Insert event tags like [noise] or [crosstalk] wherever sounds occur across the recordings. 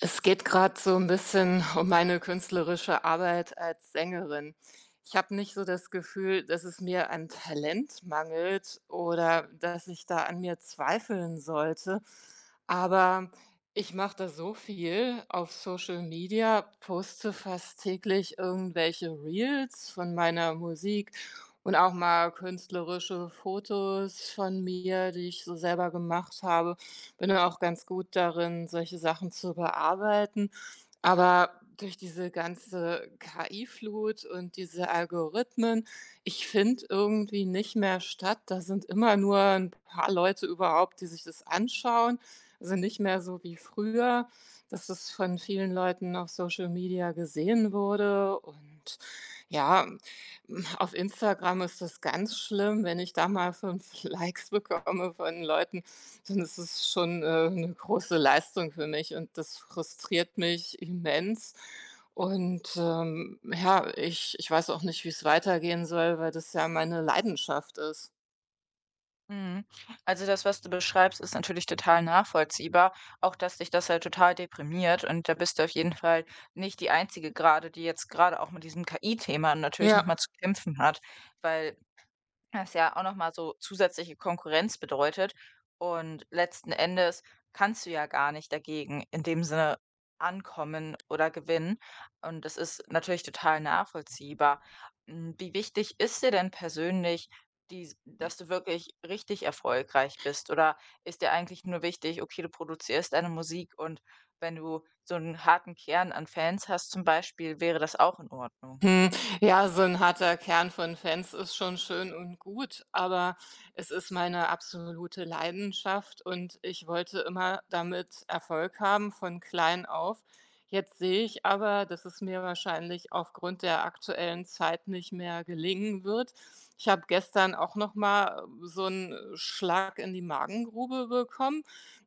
Es geht gerade so 'n bisschen um meine künstlerische Arbeit als Sängerin. Ich habe nicht so das Gefühl, dass es mir an Talent mangelt oder dass ich da an mir zweifeln sollte, aber ich mache da so viel auf Social Media, poste fast täglich irgendwelche Reels von meiner Musik und auch mal künstlerische Fotos von mir, die ich so selber gemacht habe, bin da auch ganz gut darin, solche Sachen zu bearbeiten. Aber durch diese ganze KI-Flut und diese Algorithmen, ich finde irgendwie nicht mehr statt. Da sind immer nur ein paar Leute überhaupt, die sich das anschauen. Also, nicht mehr so wie früher, dass es von vielen Leuten auf Social Media gesehen wurde und ja, auf Instagram ist das ganz schlimm, wenn ich da mal 5 [laughs] Likes bekomme von Leuten, dann ist es schon, 'ne große Leistung für mich und das frustriert mich immens. Und, ja, ich weiß auch nicht, wie es weitergehen soll, weil das ja meine Leidenschaft ist. Mhm. Also das, was du beschreibst, ist natürlich total nachvollziehbar. Auch, dass dich das halt total deprimiert. Und da bist du auf jeden Fall nicht die Einzige gerade, die jetzt gerade auch mit diesem KI-Thema natürlich nochmal Ja. zu kämpfen hat. Weil das ja auch noch mal so zusätzliche Konkurrenz bedeutet. Und letzten Endes kannst du ja gar nicht dagegen in dem Sinne ankommen oder gewinnen. Und das ist natürlich total nachvollziehbar. Wie wichtig ist dir denn persönlich dies dass du wirklich richtig erfolgreich bist? Oder ist dir eigentlich nur wichtig: Okay, du produzierst deine Musik und wenn du so einen harten Kern an Fans hast zum Beispiel, wäre das auch in Ordnung? Hm, ja, so ein harter Kern von Fans ist schon schön und gut, aber es ist meine absolute Leidenschaft und ich wollte immer damit Erfolg haben von klein auf. Jetzt sehe ich aber, dass es mir wahrscheinlich aufgrund der aktuellen Zeit nicht mehr gelingen wird. Ich habe gestern auch noch mal so einen Schlag in die Magengrube bekommen.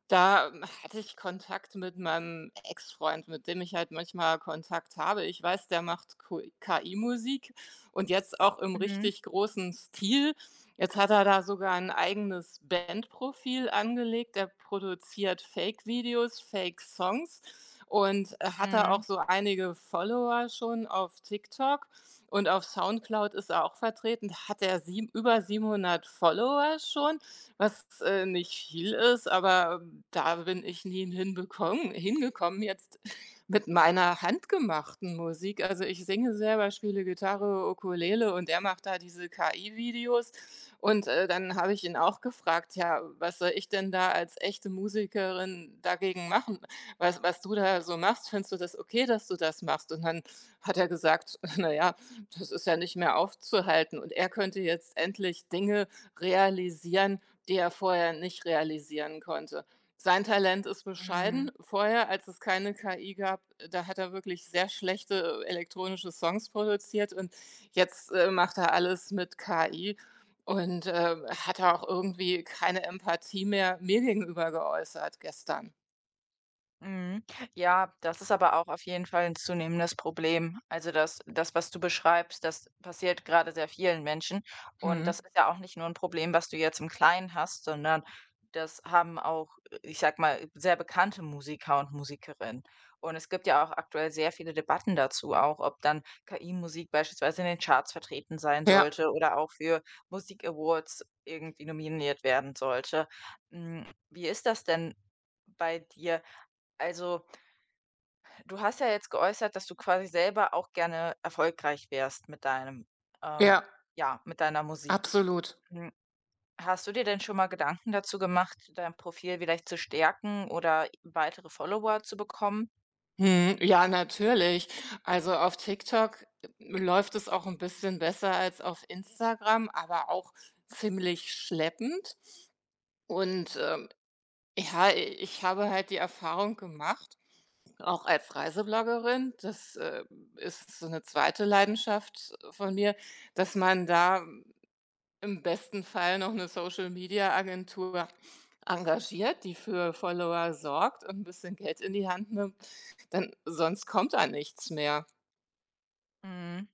Da, hatte ich Kontakt mit meinem Ex-Freund, mit dem ich halt manchmal Kontakt habe. Ich weiß, der macht Kui KI-Musik und jetzt auch im Mhm, richtig großen Stil. Jetzt hat er da sogar ein eigenes Bandprofil angelegt. Er produziert Fake-Videos, Fake-Songs und, hat da auch mhm, so einige Follower schon auf TikTok und auf Soundcloud ist er auch vertreten. Da hat er sieb über 700 Follower schon, was, nicht viel ist, aber da bin ich nie hinbekommen hingekommen jetzt [laughs] mit meiner handgemachten Musik. Also, ich singe selber, spiele Gitarre, Ukulele und er macht da diese KI-Videos. Und, dann habe ich ihn auch gefragt: „Ja, was soll ich denn da als echte Musikerin dagegen machen? Was du da so machst, findest du das okay, dass du das machst?“ Und dann hat er gesagt: [laughs] „Na ja, das ist ja nicht mehr aufzuhalten.“ Und er könnte jetzt endlich Dinge realisieren, die er vorher nicht realisieren konnte. Sein Talent ist mhm. bescheiden. Vorher, als es keine KI gab, da hat er wirklich sehr schlechte elektronische Songs produziert und jetzt macht er alles mit KI und hat er auch irgendwie keine Empathie mehr mir gegenüber geäußert gestern. Mhm. Ja, das ist aber auch auf jeden Fall 'n zunehmendes Problem. Also, das, was du beschreibst, das passiert gerade sehr vielen Menschen. Und Mhm. das ist ja auch nicht nur ein Problem, was du jetzt im Kleinen hast, sondern das haben auch, ich sag mal, sehr bekannte Musiker und Musikerinnen. Und es gibt ja auch aktuell sehr viele Debatten dazu auch, ob dann KI-Musik beispielsweise in den Charts vertreten sein Ja, sollte oder auch für Musik-Awards irgendwie nominiert werden sollte. Hm, Wie ist das denn bei dir? Also, du hast ja jetzt geäußert, dass du quasi selber auch gerne erfolgreich wärst mit deinem ähm, ja, ja, mit deiner Musik. absolut. Hm, Hast du dir denn schon mal Gedanken dazu gemacht, dein Profil vielleicht zu stärken oder weitere Follower zu bekommen? Mhm, ja, natürlich. Also auf TikTok läuft es auch ein bisschen besser als auf Instagram, aber auch ziemlich schleppend. Und, ja, ich habe halt die Erfahrung gemacht, auch als Reisebloggerin, das, ist so eine zweite Leidenschaft von mir, dass man da im besten Fall noch eine Social-Media-Agentur engagiert, die für Follower sorgt und ein bisschen Geld in die Hand nimmt, denn sonst kommt da nichts mehr. Mhm.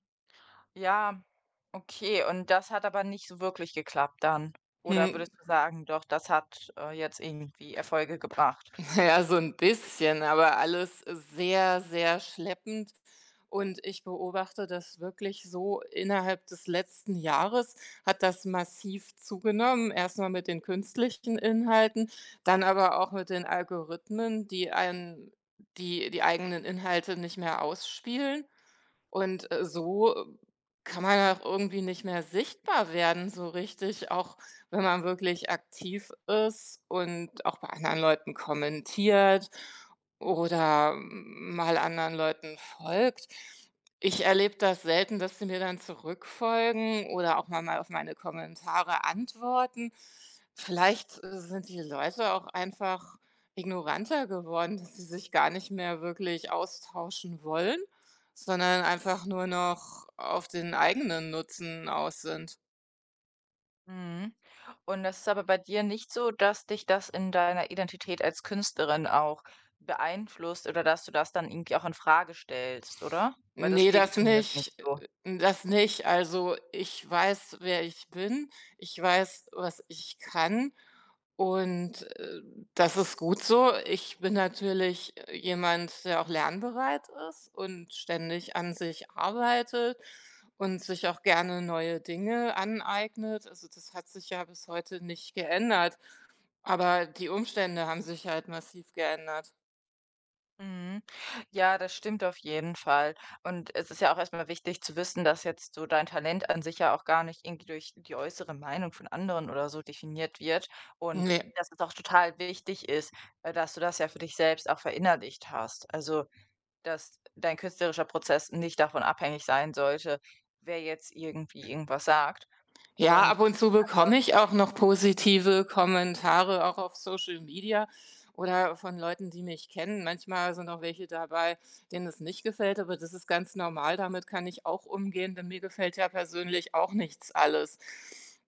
Ja, okay. Und das hat aber nicht so wirklich geklappt dann? Oder Hm, würdest du sagen, doch, das hat, jetzt irgendwie Erfolge gebracht? [laughs] ja, so ein bisschen, aber alles sehr, sehr schleppend. Und ich beobachte das wirklich so, innerhalb des letzten Jahres hat das massiv zugenommen. Erst mal mit den künstlichen Inhalten, dann aber auch mit den Algorithmen, die einen die eigenen Inhalte nicht mehr ausspielen. Und, kann man auch irgendwie nicht mehr sichtbar werden so richtig, auch wenn man wirklich aktiv ist und auch bei anderen Leuten kommentiert oder mal anderen Leuten folgt. Ich erlebe das selten, dass sie mir dann zurückfolgen oder auch mal auf meine Kommentare antworten. Vielleicht sind die Leute auch einfach ignoranter geworden, dass sie sich gar nicht mehr wirklich austauschen wollen, sondern einfach nur noch auf den eigenen Nutzen aus sind. Mhm. Und das ist aber bei dir nicht so, dass dich das in deiner Identität als Künstlerin auch beeinflusst oder dass du das dann irgendwie auch in Frage stellst, oder? Weil das Ne, wirkt das zumindest nicht nicht. so. Das nicht. Also, ich weiß, wer ich bin. Ich weiß, was ich kann und, das ist gut so. Ich bin natürlich, jemand, der auch lernbereit ist und ständig an sich arbeitet und sich auch gerne neue Dinge aneignet. Also, das hat sich ja bis heute nicht geändert, aber die Umstände haben sich halt massiv geändert. Mhm. Ja, das stimmt auf jeden Fall. Und es ist ja auch erstmal wichtig zu wissen, dass jetzt so dein Talent an sich ja auch gar nicht irgendwie durch die äußere Meinung von anderen oder so definiert wird und Ne. dass es auch total wichtig ist, dass du das ja für dich selbst auch verinnerlicht hast. Also, dass dein künstlerischer Prozess nicht davon abhängig sein sollte, wer jetzt irgendwie irgendwas sagt Ja, und ab und zu anson bekomme ich auch noch positive Kommentare, auch auf Social Media oder von Leuten, die mich kennen. Manchmal sind auch welche dabei, denen es nicht gefällt, aber das ist ganz normal. Damit kann ich auch umgehen, denn mir gefällt ja persönlich auch nichts alles.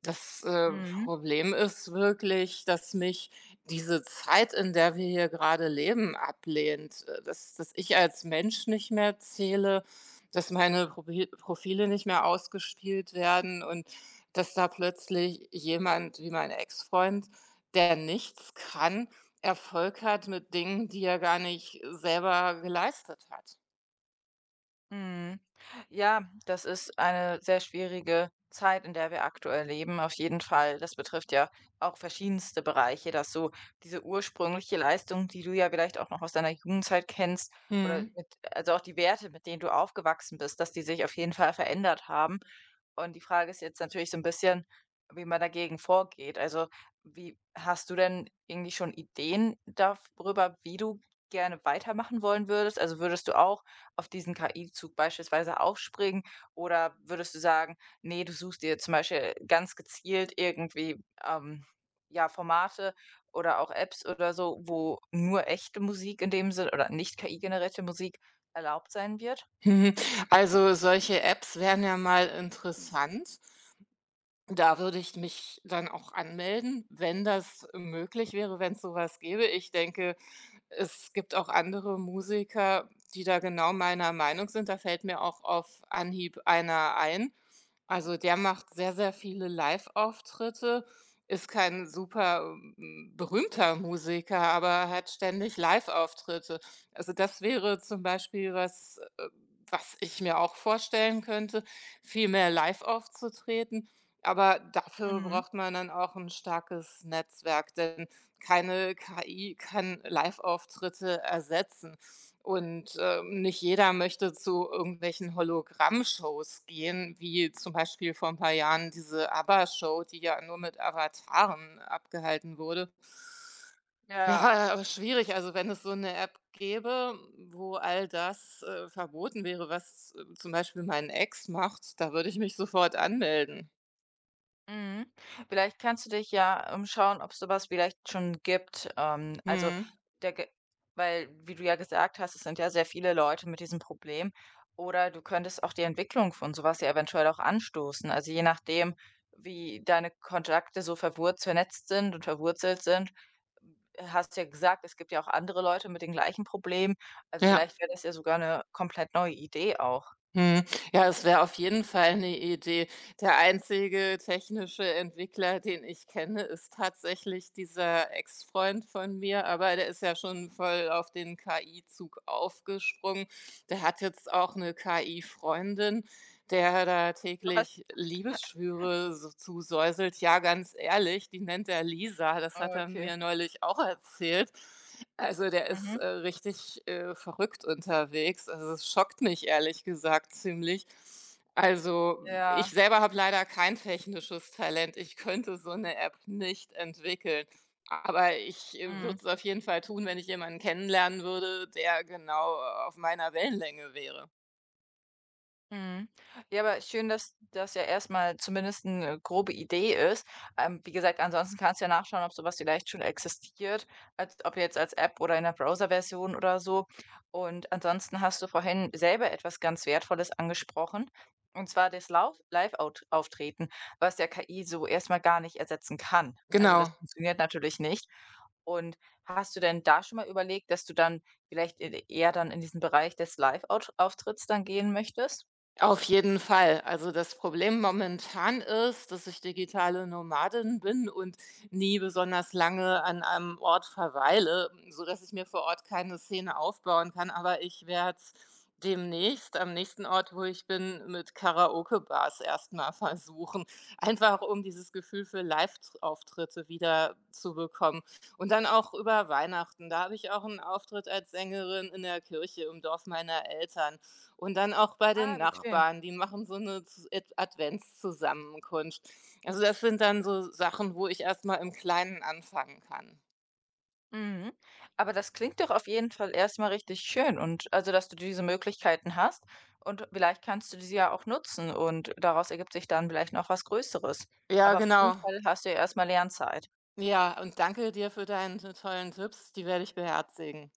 Das mhm. Problem ist wirklich, dass mich diese Zeit, in der wir hier gerade leben, ablehnt. Dass, dass ich als Mensch nicht mehr zähle, dass meine Profile nicht mehr ausgespielt werden und dass da plötzlich jemand wie mein Ex-Freund, der nichts kann, Erfolg hat mit Dingen, die er gar nicht selber geleistet hat. Mhm. Ja, das ist eine sehr schwierige Zeit, in der wir aktuell leben, auf jeden Fall. Das betrifft ja auch verschiedenste Bereiche, dass so diese ursprüngliche Leistung, die du ja vielleicht auch noch aus deiner Jugendzeit kennst, oder Mhm. mit, also auch die Werte, mit denen du aufgewachsen bist, dass die sich auf jeden Fall verändert haben. Und die Frage ist jetzt natürlich so ein bisschen, wie man dagegen vorgeht. Also, wie hast du denn irgendwie schon Ideen darüber, wie du gerne weitermachen wollen würdest? Also würdest du auch auf diesen KI-Zug beispielsweise aufspringen? Oder würdest du sagen, nee du suchst dir zum Beispiel ganz gezielt irgendwie, ja, Formate oder auch Apps oder so, wo nur echte Musik in dem Sinn oder nicht KI-generierte Musik erlaubt sein wird? Mhm. [laughs] Also solche Apps wären ja mal interessant. Da würde ich mich dann auch anmelden, wenn das möglich wäre, wenn es sowas gäbe. Ich denke, es gibt auch andere Musiker, die da genau meiner Meinung sind. Da fällt mir auch auf Anhieb einer ein. Also, der macht sehr, sehr viele Live-Auftritte, ist kein super, hm, berühmter Musiker, aber hat ständig Live-Auftritte. Also, das wäre zum Beispiel was, was ich mir auch vorstellen könnte, viel mehr live aufzutreten. Aber dafür Mhm. braucht man dann auch ein starkes Netzwerk, denn keine KI kann Live-Auftritte ersetzen. Und, nicht jeder möchte zu irgendwelchen Hologramm-Shows gehen, wie zum Beispiel vor ein paar Jahren diese ABBA-Show, die ja nur mit Avataren abgehalten wurde. Ja. Ja, schwierig. Also, wenn es so eine App gäbe, wo all das, verboten wäre, was, zum Beispiel mein Ex macht, da würde ich mich sofort anmelden. Mhm. Vielleicht kannst du dich ja umschauen, ob so was vielleicht schon gibt. Also, Mhm. der ge weil, wie du ja gesagt hast, es sind ja sehr viele Leute mit diesem Problem. Oder du könntest auch die Entwicklung von so was ja eventuell auch anstoßen. Also, je nachdem, wie deine Kontakte so verwurzelt vernetzt sind und verwurzelt sind. Hast du ja gesagt, es gibt ja auch andere Leute mit den gleichen Problemen. Also, Ja. vielleicht wäre das ja sogar eine komplett neue Idee auch. Mhm. Ja, es wäre auf jeden Fall eine Idee. Der einzige technische Entwickler, den ich kenne, ist tatsächlich dieser Ex-Freund von mir, aber der ist ja schon voll auf den KI-Zug aufgesprungen. Der hat jetzt auch 'ne KI-Freundin, der da Was? täglich Liebesschwüre so zusäuselt. Ja, ganz ehrlich, die nennt er Lisa. Das Ah, hat er okay. mir neulich auch erzählt. Also, der ist, Mhm. richtig, verrückt unterwegs. Also, es schockt mich ehrlich gesagt ziemlich. Also, ich Ja. selber habe leider kein technisches Talent. Ich könnte so eine App nicht entwickeln. Aber ich, würde Mhm. es auf jeden Fall tun, wenn ich jemanden kennenlernen würde, der genau, auf meiner Wellenlänge wäre. Mhm. Ja, aber schön, dass das ja erstmal zumindest eine grobe Idee ist. Wie gesagt, ansonsten kannst du ja nachschauen, ob so was vielleicht schon existiert, als ob jetzt als App oder in 'ner Browserversion oder so. Und ansonsten hast du vorhin selber etwas ganz Wertvolles angesprochen, und zwar das Lauf live Auftreten, was ja KI so erstmal gar nicht ersetzen kann. Also, das Genau. funktioniert natürlich nicht. Und hast du denn da schon mal überlegt, dass du dann vielleicht e eher dann in diesen Bereich des live Auftritts dann gehen möchtest? Auf jeden Fall. Also das Problem momentan ist, dass ich digitale Nomadin bin und nie besonders lange an einem Ort verweile, so dass ich mir vor Ort keine Szene aufbauen kann. Aber ich werde es demnächst, am nächsten Ort, wo ich bin, mit Karaoke-Bars erstmal versuchen. Einfach um dieses Gefühl für Live-Auftritte wieder zu bekommen. Und dann auch über Weihnachten. Da habe ich auch einen Auftritt als Sängerin in der Kirche im Dorf meiner Eltern. Und dann auch bei den Ah, wie schön. Nachbarn, die machen so eine z Ad Adventszusammenkunft. Also, das sind dann so Sachen, wo ich erst mal im Kleinen anfangen kann. Mhm. Aber das klingt doch auf jeden Fall erst mal richtig schön und also, dass du diese Möglichkeiten hast und vielleicht kannst du diese ja auch nutzen und daraus ergibt sich dann vielleicht noch was Größeres. Ja, Aber auf jeden genau. Fall hast du ja erst mal Lernzeit. Ja, und danke dir für deine tollen Tipps, die werde ich beherzigen.